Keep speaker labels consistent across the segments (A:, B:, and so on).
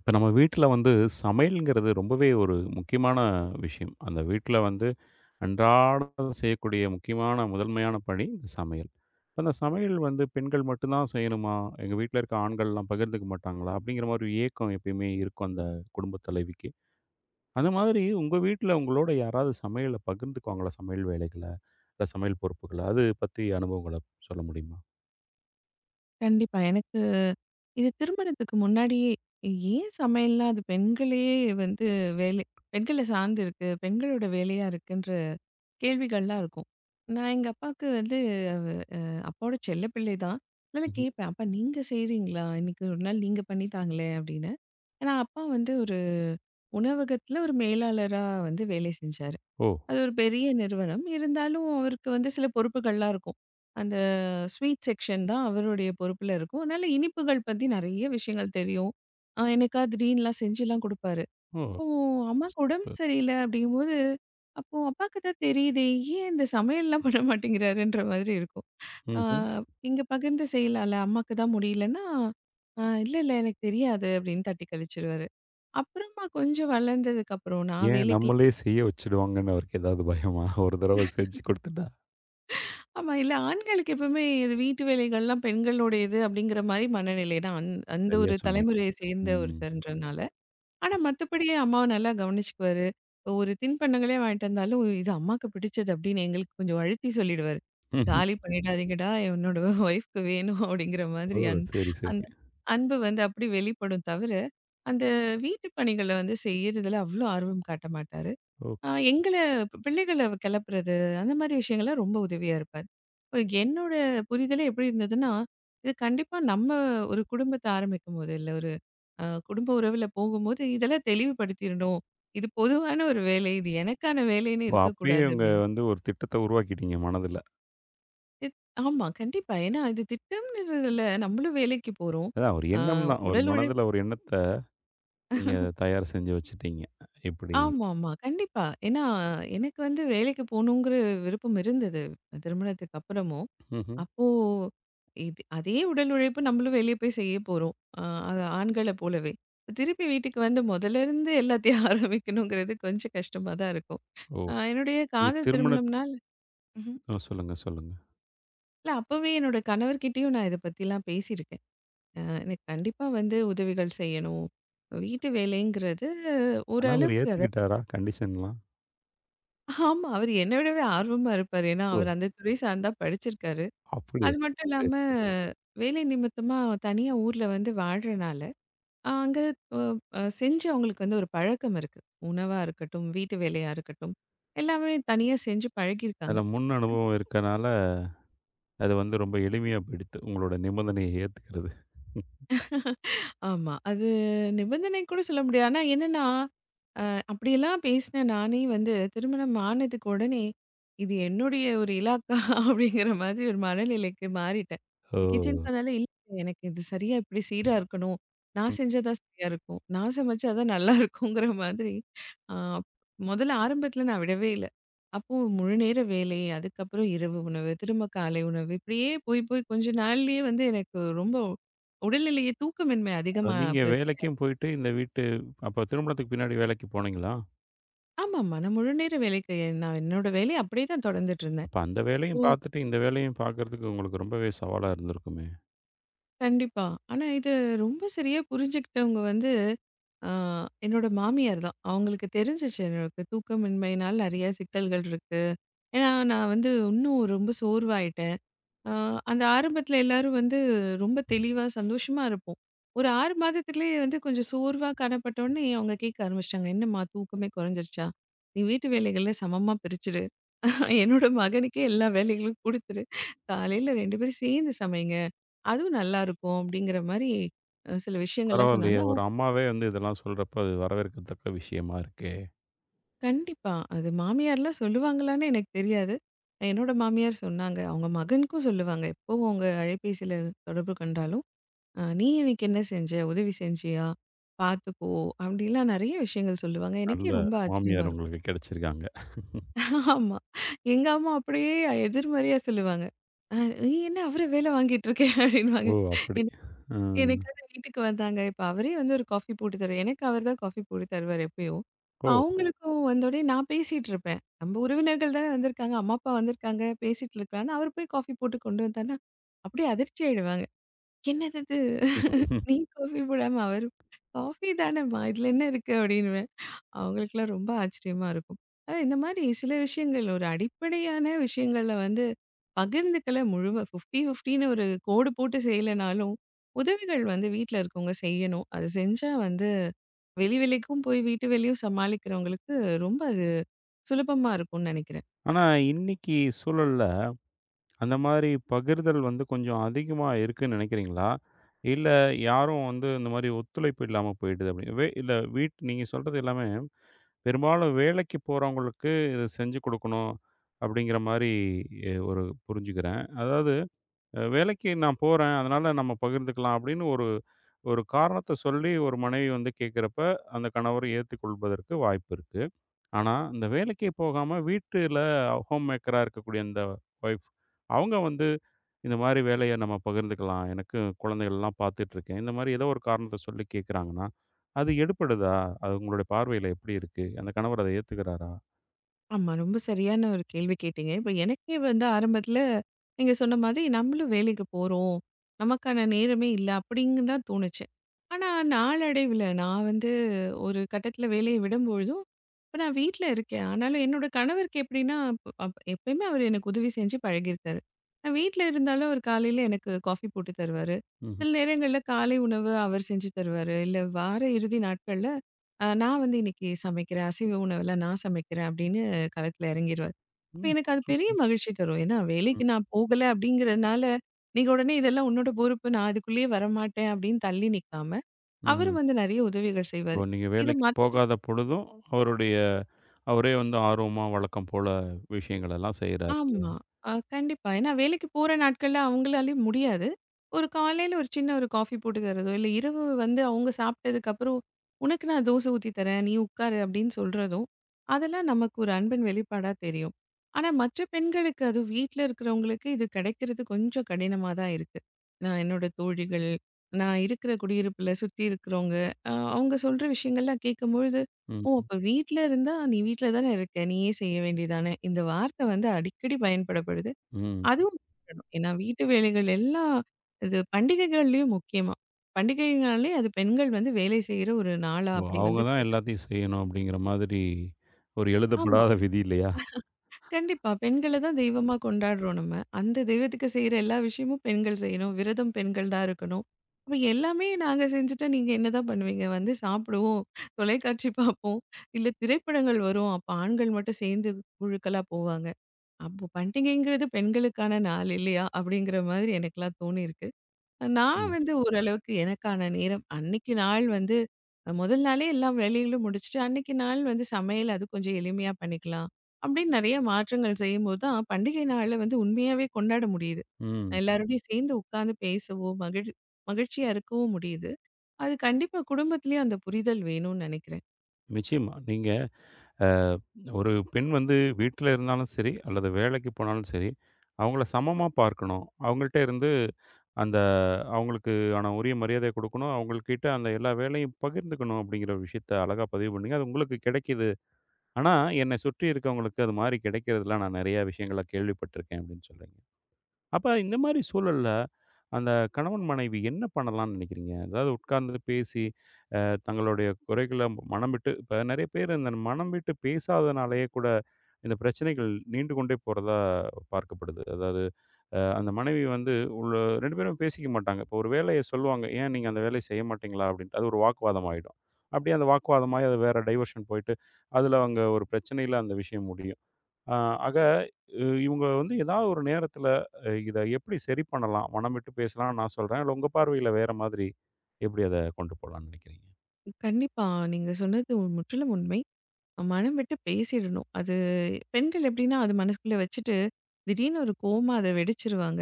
A: இப்போ நம்ம வீட்டில் வந்து சமையல்ங்கிறது ரொம்பவே ஒரு முக்கியமான விஷயம். அந்த வீட்ல வந்து அன்றாடம் செய்யக்கூடிய முக்கியமான முதன்மையான பணி இந்த சமையல். இப்ப அந்த சமையல் வந்து பெண்கள் மட்டும் தான் செய்யணுமா? எங்க வீட்ல இருக்க ஆண்கள்லாம் பகிர்ந்துக்க மாட்டாங்களா? அப்படிங்கிற மாதிரி ஒரு ஏக்கம் எப்பயுமே இருக்கும் அந்த குடும்பத் தலைவிக்கு. அந்த மாதிரி உங்க வீட்ல உங்களோட யாராவது சமையல பகிர்ந்துக்குவாங்களா? சமையல் வேலைகள, இல்ல சமையல் பொறுப்புகள? அது பத்தி அனுபவங்கள சொல்ல முடியுமா?
B: கண்டிப்பா. எனக்கு இது திருமணத்துக்கு முன்னாடியே, ஏன் சமையல்ல அது பெண்களே வந்து வேலை பெண்கள சார்ந்து இருக்கு. பெண்களோட வேலையா இருக்குன்ற கேள்விகள்லாம் இருக்கும். நான் எங்க அப்பாவுக்கு அவ அப்பாவோட செல்லப்பிள்ளை தான். அதனால
A: ம்ஹ்ம்.
B: கேட்பேன், "அப்பா நீங்க செய்றீங்களா? இன்னைக்கு ஒரு நாள் நீங்க பண்ணித்தாங்களே" அப்படின்னு. ஏன்னா அப்பா வந்து ஒரு உணவகத்துல ஒரு மேலாளரா வந்து வேலை செஞ்சாரு.
A: ஓ!
B: அது ஒரு பெரிய நிறுவனம். இருந்தாலும் அவருக்கு வந்து சில பொறுப்புகள்லாம் இருக்கும். அந்த ஸ்வீட் செக்ஷன் தான் அவருடைய பொறுப்புல இருக்கும். அதனால இனிப்புகள் பத்தி நெறைய விஷயங்கள் தெரியும். எனக்கா திடீர்னுலாம் செஞ்சுலாம் குடுப்பாரு.
A: ஓ!
B: அப்போ அம்மாக்கு உடம்பு
A: சிறப்பு.
B: சரியில்ல அப்படிங்கும்போது, அப்போ அப்பாக்கு தான் தெரியுதே, ஏன் இந்த சமையல்லாம் பண்ண மாட்டேங்கிறாருன்ற மாதிரி இருக்கும். ஆ
A: ம்ஹ்ம்.
B: இங்க பகிர்ந்து செய்யலாம்ல, அம்மாக்கு தான் முடியலன்னா, "ஆ இல்ல, இல்ல எனக்கு தெரியாது" அப்படின்னு தட்டி கழிச்சுருவாரு. அப்புறமா கொஞ்சம் வளர்ந்ததுக்கப்புறம் நான்
A: ஏன்
B: வேலைக்கு
A: நம்மளே செய்ய வச்சுடுவாங்கன்னு அவருக்கு ஏதாவது பயமா? ஒரு தடவ செஞ்சு குடுத்துட்டா?
B: ஆமா. இல்ல ஆண்களுக்கு எப்பவுமே இது வீட்டு வேலைகள்லாம் பெண்களுடையது அப்படிங்கிற மாரி மனநிலை தான். அந்த
A: சரியா
B: ஒரு
A: சொன்னீங்க.
B: தலைமுறையை சேர்ந்த
A: ம்.
B: ஒருத்தர்ன்றனால. ஆனா மத்தபடி அம்மாவ நல்லா கவனிச்சுக்குவாரு. ஒரு தின்பண்டங்களே வாங்கிட்டு வந்தாலும், "இது அம்மாக்கு பிடிச்சது" அப்படின்னு எங்களுக்கு கொஞ்சம் அழுத்தி சொல்லிடுவாரு. "காலி பண்ணிடாதீங்கடா, என்னோட ஒய்ஃப்க்கு வேணும்" அப்படிங்கிற
A: ஓ!
B: மாதிரி
A: சரி,
B: அந்த
A: சரி.
B: அன்பு வந்து அப்படி வெளிப்படும் தவிர, அந்த வீட்டு பணிகள வந்து செய்யறதுல அவ்ளோ ஆர்வம் காட்ட மாட்டாரு.
A: ஓகே.
B: எங்கள பிள்ளைகள கிளப்புறது, அந்த மாரி விஷயங்கள்ல ரொம்ப உதவியா இருப்பாரு. இப்ப என்னோட புரிதலே எப்படி இருந்ததுன்னா, இது கண்டிப்பா நம்ம ஒரு குடும்பத்த ஆரம்பிக்கும்போது, இல்ல ஒரு குடும்ப உறவுல போகும்போது, இதெல்லாம் தெளிவுபடுத்திரணும். இது பொதுவான ஒரு வேலை. இது எனக்கான வேலைன்னு
A: ஓ! அப்பயே
B: இருக்கக்கூடாது
A: இவங்க
B: அப்படின்னு.
A: வந்து ஒரு திட்டத்த உருவாக்கிட்டீங்க மனதுல.
B: இத் ஆமா, கண்டிப்பா. ஏன்னா இது திட்டமிடுறதுல நம்மளும் வேலைக்கு போறோம்.
A: அதான் ஒரு
B: ஆ
A: எண்ணம் தான். ஒரு
B: உடல் உழைப்
A: மனதுல ஒரு எண்ணத்த நீங்க தயார் செஞ்சு வச்சுட்டீங்க. இப்படி
B: ஆமாமா. கண்டிப்பா. ஏன்னா எனக்கு வந்து வேலைக்கு போணுங்கிற விருப்பம் இருந்தது, திருமணத்துக்கு அப்புறமும்.
A: ம்ஹ்ம்.
B: அப்போ இது அதே உடல் உழைப்பு நம்மளும் வெளியே போய் செய்ய போறோம். அது ஆண்கள போலவே. திருப்பி வீட்டுக்கு வந்து முதல்ல இருந்து எல்லாத்தையும் ஆரம்பிக்கணுங்கிறது கொஞ்சம் கஷ்டமா தான் இருக்கும்.
A: ஓ!
B: என்னுடைய
A: நீங்க
B: காதல்
A: திருமணத்
B: திருமணம்னால ம்ஹ்ம்.
A: அ சொல்லுங்க, சொல்லுங்க.
B: இல்ல அப்பவே என்னோட கணவர்கிட்டயும் நான் இத பத்திலாம் பேசியிருக்கேன். எனக்கு கண்டிப்பா வந்து உதவிகள் செய்யணும். வீட்டு வேலைங்கிறது
A: கணவர்
B: ஓரளவுக்கு அத
A: ஏத்துக்கிட்டாரா? கண்டிஷன்லாம்?
B: ஆமா. அவர் என்ன விடவே ஆர்வமா இருப்பாரு. ஏன்னா,
A: ஓ!
B: அவர் அந்த துறை சார்ந்தா படிச்சிருக்காரு. அது
A: அப்படியா?
B: மட்டும்
A: சரி,
B: இல்லாம
A: சரி.
B: வேலை நிமித்தமா தனியா ஊர்ல வந்து வாழ்றனால அங்க அ அ செஞ்சு அவங்களுக்கு வந்து ஒரு பழக்கம் இருக்கு. உணவா இருக்கட்டும், வீட்டு வேலையா இருக்கட்டும். எல்லாமே தனியா செஞ்சு பழகியிருக்காங்க.
A: அதுல முன் அனுபவம் இருக்கனால, அது வந்து ரொம்ப எளிமையா போயிடுத்து. உங்களோட நிபந்தனைய ஏத்துக்கிறது.
B: ஆமா. அது நிபந்தனை கூட சொல்ல முடியாது. ஆனா என்னன்னா, அப்படியெல்லாம் பேசின நானே வந்து திருமணம் ஆனதுக்கு உடனே, இது என்னுடைய ஒரு இலாக்கா அப்படிங்கிற மாதிரி ஒரு மனநிலைக்கு மாறிட்டேன்.
A: ஓ!
B: கிச்சனுக்கு வந்தாலே இல்ல எனக்கு இது சரியா இப்படி சீரா இருக்கணும். நான் செஞ்சா தான் சரியா இருக்கும். நான் சமைச்சா தான் நல்லா இருக்குங்கிற மாதிரி அ முதல்ல ஆரம்பத்தில நான் விடவே இல்ல. அப்போ முழு நேர வேலை, அதுக்கப்புறம் இரவு உணவு, திரும்ப காலை உணவு இப்படியே போய் போய் கொஞ்ச நாள்லயே வந்து எனக்கு ரொம்ப உடல்நிலையே தூக்கமின்மை அதிகமா
A: நீங்க
B: பிரச்சனை
A: வேலைக்கும் போயிட்டு, இந்த வீட்டு அப்ப திருமணத்துக்கு பின்னாடி வேலைக்கு போனீங்களா?
B: ஆமாமா. நான் முழு நேர வேலைக்கு நான் என்னோட வேலைய அப்படியே தான் தொடர்ந்துட்டு இருந்தேன்.
A: அப்ப அந்த வேலையும்
B: ஓ!
A: பார்த்துட்டு, இந்த வேலையும் பார்க்கறதுக்கு உங்களுக்கு ரொம்பவே சவாலா இருந்திருக்குமே!
B: கண்டிப்பா. ஆனா இது ரொம்ப சரியா புரிஞ்சுக்கிட்டவங்க வந்து, ஆ என்னோட மாமியார் தான். அவங்களுக்கு தெரிஞ்சுச்சு எனக்கு தூக்கமின்மையினால நெறைய சிக்கல்கள் இருக்கு. ஏன்னா நான் வந்து இன்னும் ரொம்ப சோர்வாயிட்டேன். ஆ அந்த ஆரம்பத்தில எல்லாரும் வந்து ரொம்ப தெளிவா, சந்தோஷமா இருப்போம். ஒரு 6 மாதத்துலயே வந்து கொஞ்சம் சோர்வா காணப்பட்டோனே அவங்க கேட்க ஆரம்பிச்சுட்டாங்க. "என்னம்மா தூக்கமே குறைஞ்சிருச்சா? நீ வீட்டு வேலைகள்ல சமமா பிரிச்சு என்னோட மகனுக்கே எல்லா வேலைகளும் குடுத்துரு. காலையில 2 பேரும் சேர்ந்து சமைங்க. அதுவும் நல்லாருக்கும் அப்படிங்கிற மாரி சில விஷயங்கள்லாம் சொன்னாங்க.
A: பரவாயில்லையே! ஒரு
B: அவங்க
A: அம்மாவே வந்து இதெல்லாம் சொல்றப்ப, அது வரவேற்கத்தக்க விஷயமா இருக்கே!
B: கண்டிப்பா. அது மாமியார்லாம் சொல்லுவாங்களான்னு எனக்கு தெரியாது. என்னோட மாமியார் சொன்னாங்க. அவங்க மகனுக்கும் சொல்லுவாங்க. எப்பவும் அவங்க அலைபேசியில தொடர்பு கொண்டாலும், "நீ இன்னைக்கு என்ன செஞ்ச? உதவி செஞ்சியா? பார்த்துக்கோ" அப்படிலாம் நெறைய விஷயங்கள் சொல்லுவாங்க.
A: நல்ல
B: எனக்கே ரொம்ப ஆச்சரியமா
A: மாமியார்
B: இருக்கும்.
A: உங்களுக்கு கிடைச்சிருக்காங்க.
B: ஆமா. எங்க அம்மா அப்படியே எதிர்மறையா சொல்லுவாங்க. "அ நீ என்ன அவர வேலை வாங்கிட்டு இருக்க?"
A: ஓ!
B: அப்படின்னுவாங்க.
A: அப்படி. ம்.
B: என்னைக்காவது வீட்டுக்கு வந்தாங்க. இப்ப அவரே வந்து ஒரு காஃபி போட்டு தருவாரு. எனக்கு அவர் தான் காஃபி போட்டு தருவாரு எப்பயும். இப்ப
A: ஓ!
B: ம். அவங்களுக்கும் வந்தோனே நான் பேசிட்டு இருப்பேன். நம்ம உறவினர்கள் தானே வந்திருக்காங்க, அம்மா, அப்பா வந்திருக்காங்க, பேசிட்டு இருக்கலாம்ன்னு அவர் போய் காஃபி போட்டு கொண்டு வந்தாருன்னா, அப்படியே அதிர்ச்சி ஆயிடுவாங்க. "என்னது இது? நீ காஃபி போடாம அவரு?" "காஃபி தானேம்மா! இதுல என்ன இருக்கு?" அப்படின்னு அவங்களுக்கெல்லாம் ரொம்ப ஆச்சரியமா இருக்கும். இந்த மாதிரி சில விஷயங்கள் ஒரு அடிப்படையான விஷயங்கள்ல வந்து பகிர்ந்துக்கல 50, 50ன்னு ஒரு கோடு போட்டு செய்யலைனாலும், உதவிகள் வந்து வீட்ல இருக்கவங்க செய்யணும். அது செஞ்சா வந்து வெளி வேலைக்கும் போய் வீட்டு வேலையும் சமாளிக்கிறவங்களுக்கு ரொம்ப அது சுலபமா இருக்கும்னு நினைக்கிறேன்.
A: ஆனா இன்னைக்கு சூழல்ல, அந்த மாரி பகிர்தல் வந்து கொஞ்சம் அதிகமா இருக்குன்னு நினைக்கிறீங்களா? இல்ல யாரும் வந்து இந்த மாரி ஒத்துழைப்பு இல்லாம போயிடுது அப்படி வே இல்ல வீட் நீங்க சொல்றது எல்லாமே பெரும்பாலும் வேலைக்கு போறவங்களுக்கு இத செஞ்சு குடுக்கணும், அப்படிங்கிற மாரி ஒரு புரிஞ்சுக்கிறேன். அதாவது வேலைக்கு நான் போறேன், அதனால நம்ம பகிர்ந்துக்கலாம் அப்படின்னு ஒரு ஒரு காரணத்த சொல்லி ஒரு மனைவி வந்து கேட்கிறப்ப, அந்த கணவர் ஏத்துக்கொள்வதற்கு வாய்ப்பு இருக்கு. ஆனா, இந்த வேலைக்கே போகாம வீட்டுல ஹோம் மேக்கரா இருக்கக்கூடிய அந்த ஒய்ஃப், அவங்க வந்து இந்த மாரி வேலைய நம்ம பகிர்ந்துக்கலாம். எனக்கு குழந்தைகள்லாம் பார்த்துட்டுருக்கேன். இந்த மாரி ஏதோ ஒரு காரணத்த சொல்லி கேட்குறாங்கன்னா, அது எடுபடுதா? அது உங்களுடைய பார்வையில எப்படி இருக்கு? அந்த கணவர் அத ஏத்துக்கிறாரா?
B: ஆமா. ரொம்ப சரியான ஒரு கேள்வி கேட்டீங்க. இப்ப எனக்கே வந்து ஆரம்பத்துல நீங்க சொன்ன மாதிரி நம்மளும் வேலைக்கு போறோம். நமக்கான நேரமே இல்ல அப்படின்னு தான் தோணுச்சு. ஆனா நாளடைவுல நான் வந்து ஒரு கட்டத்துல வேலைய விடும்பொழுதும், இப்ப நான் வீட்ல இருக்கேன். ஆனாலும் என்னோட கணவருக்கு எப்படின்னா, அப் அப் எப்பயுமே அவரு எனக்கு உதவி செஞ்சு பழகியிருக்காரு. நான் வீட்ல இருந்தாலும் அவர் காலையில எனக்கு காஃபி போட்டு தருவாரு.
A: ம்ஹ்ம்.
B: சில நேரங்கள்ல காலை உணவு அவர் செஞ்சு தருவாரு. இல்ல வார இறுதி நாட்கள்ல நான் வந்து இன்னைக்கு சமைக்கிறேன். அசைவ உணவெல்லாம் நான் சமைக்கிறேன் அப்படின்னு களத்துல இறங்கிருவாரு. அப்ப
A: ம்.
B: எனக்கு அது பெரிய மகிழ்ச்சி தரும். ஏன்னா வேலைக்கு
A: சூப்பருங்க.
B: நான் போகல அப்படிங்கிறனால, நீங்க உடனே இதெல்லாம் உன்னோட பொறுப்பு. நான் அதுக்குள்ளேயே வரமாட்டேன் அப்படின்னு தள்ளி நிக்காம,
A: ம்.
B: அவரும் வந்து நெறைய உதவிகள்
A: இப்போ
B: செய்வாரு.
A: நீங்க
B: இது
A: வேலைக்கு
B: மத்
A: போகாத பொழுதும், அவருடைய அவரே வந்து ஆர்வமா வழக்கம் போல விஷயங்களெல்லாம் செய்றாரு இல்லையா?
B: ஆமா. கண்டிப்பா. ஏன்னா வேலைக்கு போற நாட்கள்ல அவங்களாலயும் முடியாது. ஒரு காலையில ஒரு சின்ன ஒரு காஃபி போட்டு தர்றதோ, இல்ல இரவு வந்து அவங்க சாப்பிட்டதுக்கப்புறம், "உனக்கு நான் தோசை ஊத்தி தரேன். நீ உட்காரு" அப்படின்னு சொல்றதோ, அதெல்லாம் நமக்கு ஒரு அன்பின் வெளிப்பாடா தெரியும். ஆனா மற்ற பெண்களுக்கு, அதுவும் வீட்ல இருக்கிறவங்களுக்கு இது கிடைக்கிறது கொஞ்சம் கடினமா தான் இருக்கு. நான் என்னோட தோழிகள், நான் இருக்கிற குடியிருப்புல சுத்தி இருக்கிறவங்க, அவங்க சொல்ற விஷயங்கள்லாம் கேட்கும்பொழுது ஓ!
A: ம்.
B: அப்ப வீட்ல இருந்தா, "நீ வீட்ல தானே இருக்க. நீயே செய்ய வேண்டியதானே!" இந்த வார்த்தை வந்து அடிக்கடி பயன்படப்படுது.
A: ம்.
B: அதுவும் பயன்படும். ஏன்னா வீட்டு வேலைகள் எல்லாம் இது பண்டிகைகள்லயும் முக்கியமா. பண்டிகைகள்னாலே அது பெண்கள் வந்து வேலை செய்ற ஒரு நாளா
A: ஓ!
B: அப்படி
A: அவங்க
B: வந்து
A: தான்
B: கருது.
A: எல்லாத்தையும் செய்யணும் அப்படிங்கிற மாதிரி ஒரு
B: ஆமா.
A: எழுதப்படாத விதி இல்லையா?
B: கண்டிப்பா. பெண்கள தான் தெய்வமா கொண்டாடுறோம் நம்ம. அந்த தெய்வத்துக்கு செய்ற எல்லா விஷயமும் பெண்கள் செய்யணும். விரதம் பெண்கள் தான் இருக்கணும். அப்ப எல்லாமே நாங்க செஞ்சுட்டா நீங்க என்னதான் பண்ணுவீங்க? வந்து சாப்பிடுவோம், தொலைக்காட்சி பார்ப்போம், இல்ல திரைப்படங்கள் வரும். அப்ப ஆண்கள் மட்டும் சேர்ந்து குழுக்களா போவாங்க. அப்போ பண்டிகைங்கிறது பெண்களுக்கான நாள் இல்லையா? அப்படிங்கிற மாதிரி எனக்கெல்லாம் தோணியிருக்கு. நான்
A: ம்.
B: வந்து ஓரளவுக்கு எனக்கான நேரம் அன்னைக்கு நாள் வந்து முதல் நாளே எல்லா வேலைகளும் முடிச்சுட்டு, அன்னைக்கு நாள் வந்து சமையல் அது கொஞ்சம் எளிமையா பண்ணிக்கலாம். அப்படின்னு நெறைய மாற்றங்கள் செய்யும்போது தான், பண்டிகை நாள வந்து உண்மையாவே கொண்டாட முடியுது.
A: ம்.
B: எல்லாரோடையும் சேர்ந்து உட்கார்ந்து பேசவோ, மகிழ்ச்சியா இருக்கவும் முடியுது. அது கண்டிப்பா குடும்பத்திலயும் அந்த புரிதல் வேணும்னு நெனைக்கிறேன்.
A: நிச்சயமா. நீங்க அ ஒரு பெண் வந்து வீட்ல இருந்தாலும் சரி, அல்லது வேலைக்கு போனாலும் சரி, அவங்கள சமமா பார்க்கணும். அவங்கள்ட்ட இருந்து அந்த அவங்களுக்கு ஆன உரிய மரியாதைய குடுக்கணும். அவங்கள்கிட்ட அந்த எல்லா வேலையும் பகிர்ந்துக்கணும் அப்படிங்கிற ஒரு விஷயத்த அழகா பதிவு பண்ணீங்க. அது உங்களுக்கு கிடைக்கிது. ஆனா, என்னை சுற்றி இருக்கவங்களுக்கு அது மாரி கிடைக்கிறதில நான் நெறைய விஷயங்கள கேள்விப்பட்டிருக்கேன் அப்படின்னு சொல்றீங்க. அப்ப இந்த மாரி சூழல்ல, அந்த கணவன், மனைவி என்ன பண்ணலாம்னு நினைக்கிறீங்க? அதாவது உட்கார்ந்து பேசி, அ தங்களுடைய குறைகள மனம் விட்டு இப்ப நெறைய பேர் இந்த மனம் விட்டு பேசாதனாலேயே கூட இந்த பிரச்சனைகள் நீண்டு கொண்டே போறதா பார்க்கப்படுது. அதாவது அந்த மனைவி வந்து உள்ள 2 பேரும் பேசிக்க மாட்டாங்க. இப்போ ஒரு வேலைய சொல்லுவாங்க. "ஏன் நீங்க அந்த வேலைய செய்ய மாட்டீங்களா?" அப்படின்ட்டு. அது ஒரு வாக்குவாதம் ஆயிடும். அப்படியே அந்த வாக்குவாதமாயி அது வேற டைவர்ஷன் போயிட்டு, அதுல அவங்க ஒரு பிரச்சனையில அந்த விஷயம் முடியும். அ ஆக இவங்க வந்து ஏதாவது ஒரு நேரத்தில இத எப்படி சரி பண்ணலாம்? மனம் விட்டு பேசலாம்னு நான் சொல்றேன். இல்ல உங்க பார்வையில வேற மாதிரி எப்படி அத கொண்டு போலாம்னு நினைக்கிறீங்க?
B: கண்டிப்பா நீங்க சொன்னது முற்றிலும் உண்மை. மனம் விட்டு பேசிடணும். அது பெண்கள் எப்படின்னா, அது மனசுக்குள்ள வச்சுட்டு, திடீர்னு ஒரு கோவமா அத வெடிச்சிருவாங்க.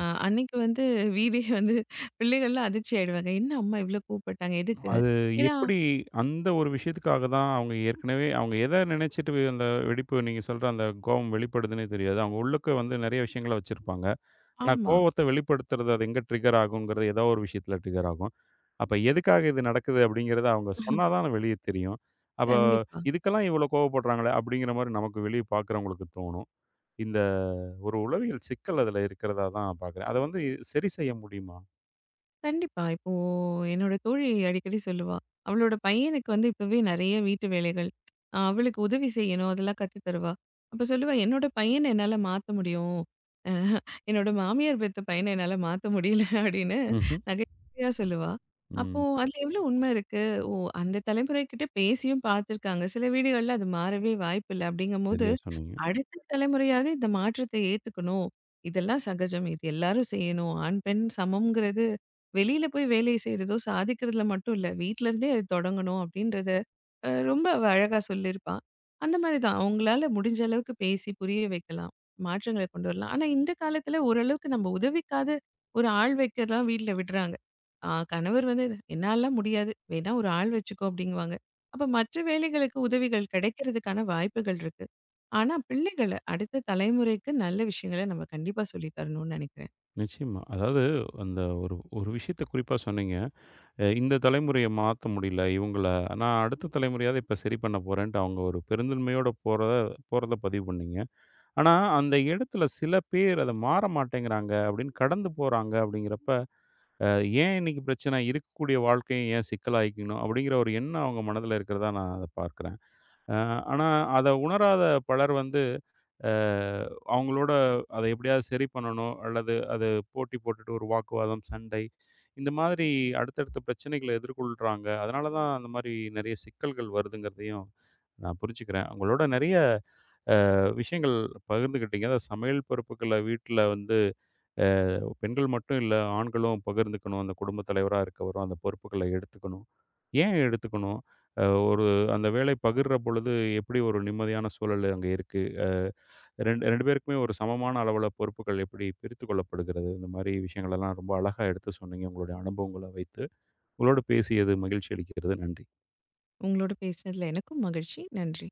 B: அன்னைக்கு வந்து வீடே வந்து பிள்ளைகள்லாம் அதிர்ச்சி ஆயிடுவாங்க. "என்ன அம்மா இவ்ளோ கோவப்பட்டாங்க? எதுக்குன்னு?"
A: அது
B: ஏன்னா
A: எப்படி அந்த ஒரு விஷயத்துக்காக தான் அவங்க ஏற்கனவே அவங்க எத நினைச்சிட்டு அந்த வெடிப்பு நீங்க சொல்ற அந்த கோவம் வெளிப்படுதுன்னே தெரியாது. அவங்க உள்ளுக்க வந்து நெறைய விஷயங்கள வச்சிருப்பாங்க. ஆனா
B: ஆமா.
A: கோவத்த வெளிப்படுத்துறது அது எங்க ட்ரிகர் ஆகுங்கிறது ஏதோ ஒரு விஷயத்தில ட்ரிகர் ஆகும். அப்ப எதுக்காக இது நடக்குது அப்படிங்கிறத அவங்க சொன்னா தான் வெளிய தெரியும். அப்ப
B: கண்டிப்பா.
A: இதுக்கெல்லாம் இவ்வளோ கோவப்படுறாங்களே அப்படிங்கிற மாரி நமக்கு வெளிய பார்க்குறவங்களுக்கு தோணும். இந்த ஒரு உளவியல் சிக்கல் அதில இருக்கிறதா தான் பார்க்குறேன். அத வந்து சரி செய்ய முடியுமா?
B: கண்டிப்பா. இப்போ என்னோட தோழி அடிக்கடி சொல்லுவா. அவளோட பையனுக்கு வந்து இப்பவே நெறைய வீட்டு வேலைகள். அவளுக்கு உதவி செய்யணும். அதெல்லாம் கத்து தருவா. அப்ப சொல்லுவா, "என்னோட பையன என்னால மாத்த முடியும். அ என்னோட மாமியார் பெத்த பையன என்னால மாத்த முடியல" அப்படின்னு
A: ம்ஹ்ம்.
B: நகைச்சுவையா சொல்லுவா. அப்போ
A: ம்.
B: அதுல எவ்வளோ உண்மை இருக்கு? ஓ! அந்த தலைமுறை கிட்ட பேசியும் பார்த்துருக்காங்க. சில வீடுகள்ல அது மாறவே வாய்ப்பில்ல. அப்படிங்கும்போது
A: சரியா சொன்னீங்க.
B: அடுத்த தலைமுறையாவது இந்த மாற்றத்தை ஏத்துக்கணும். இதெல்லாம் சகஜம். இது எல்லாரும் செய்யணும். ஆண், பெண் சமம்ங்கிறது வெளியில போய் வேலை செய்றதோ, சாதிக்கிறதுல மட்டும் இல்ல. வீட்ல இருந்தே அது தொடங்கணும் அப்படின்றது ரொம்ப அழகா சொல்லியிருப்பா. அந்த மாரி தான். அவங்களால முடிஞ்ச அளவுக்கு பேசி புரிய வைக்கலாம். மாற்றங்கள கொண்டு வரலாம். ஆனா, இந்த காலத்துல ஓரளவுக்கு நம்ம உதவிக்காக ஒரு ஆள் வைக்கலாம் வீட்ல விடுறாங்க. கணவர் வந்து "என்னால்லாம் முடியாது. வேணா ஒரு ஆள் வச்சுக்கோ" அப்படிங்குவாங்க. அப்ப மற்ற வேலைகளுக்கு உதவிகள் கிடைக்கிறதுக்கான வாய்ப்புகள் இருக்கு. ஆனா, பிள்ளைகள அடுத்த தலைமுறைக்கு நல்ல விஷயங்கள நம்ம கண்டிப்பா சொல்லி தரணும்னு நினைக்கிறேன்.
A: நிச்சயமா. அதாவது அந்த ஒரு ஒரு விஷயத்த குறிப்பா சொன்னீங்க. இந்த தலைமுறைய மாத்த முடியல இவங்கள. நான் அடுத்த தலைமுறையாவது இப்ப சரி பண்ண போறேன்ட்டு அவங்க ஒரு பெருந்தன்மையோட போறத போறத பதிவு பண்ணீங்க. ஆனா, அந்த இடத்துல சில பேர் அத மாற மாட்டேங்கிறாங்க அப்படின்னு கடந்து போறாங்க அப்படிங்கிறப்ப, அ ஏன் இன்னைக்கு பிரச்சனை? இருக்கக்கூடிய வாழ்க்கையும் ஏன் சிக்கலாக்கிக்கணும்? அப்படிங்கிற ஒரு எண்ணம் அவங்க மனதில இருக்கிறதா நான் அத பார்க்கிறேன். அ ஆனா, அத உணராத பலர் வந்து, அ அவங்களோட அத எப்படியாவது சரி பண்ணணும் அல்லது அது போட்டி போட்டுட்டு ஒரு வாக்குவாதம், சண்டை இந்த மாதிரி அடுத்தடுத்த பிரச்சனைகள எதிர்கொள்றாங்க. அதனால தான் அந்த மாரி நெறைய சிக்கல்கள் வருதுங்கிறதையும் நான் புரிஞ்சுக்கிறேன். உங்களோட நெறைய விஷயங்கள் பகிர்ந்துக்கிட்டீங்க. அதாவது சமையல் பொறுப்புகள வீட்ல வந்து பெண்கள் மட்டும் இல்ல, ஆண்களும் பகிர்ந்துக்கணும். அந்த குடும்பத் தலைவரா இருக்கவரும் அந்த பொறுப்புகள எடுத்துக்கணும். ஏன் எடுத்துக்கணும்? அ ஒரு அந்த வேலை பகிர்ற பொழுது எப்படி ஒரு நிம்மதியான சூழல் அங்க இருக்கு? 2 பேருக்குமே ஒரு சமமான அளவுல பொறுப்புகள் எப்படி பிரித்துக் கொள்ளப்படுகிறது? இந்த மாரி விஷயங்களெல்லாம் ரொம்ப அழகா எடுத்து சொன்னீங்க, உங்களுடைய அனுபவங்கள வைத்து. உங்களோடு பேசியது மகிழ்ச்சி அளிக்கிறது. நன்றி.
B: உங்களோட பேசினதுல எனக்கும் மகிழ்ச்சி. நன்றி.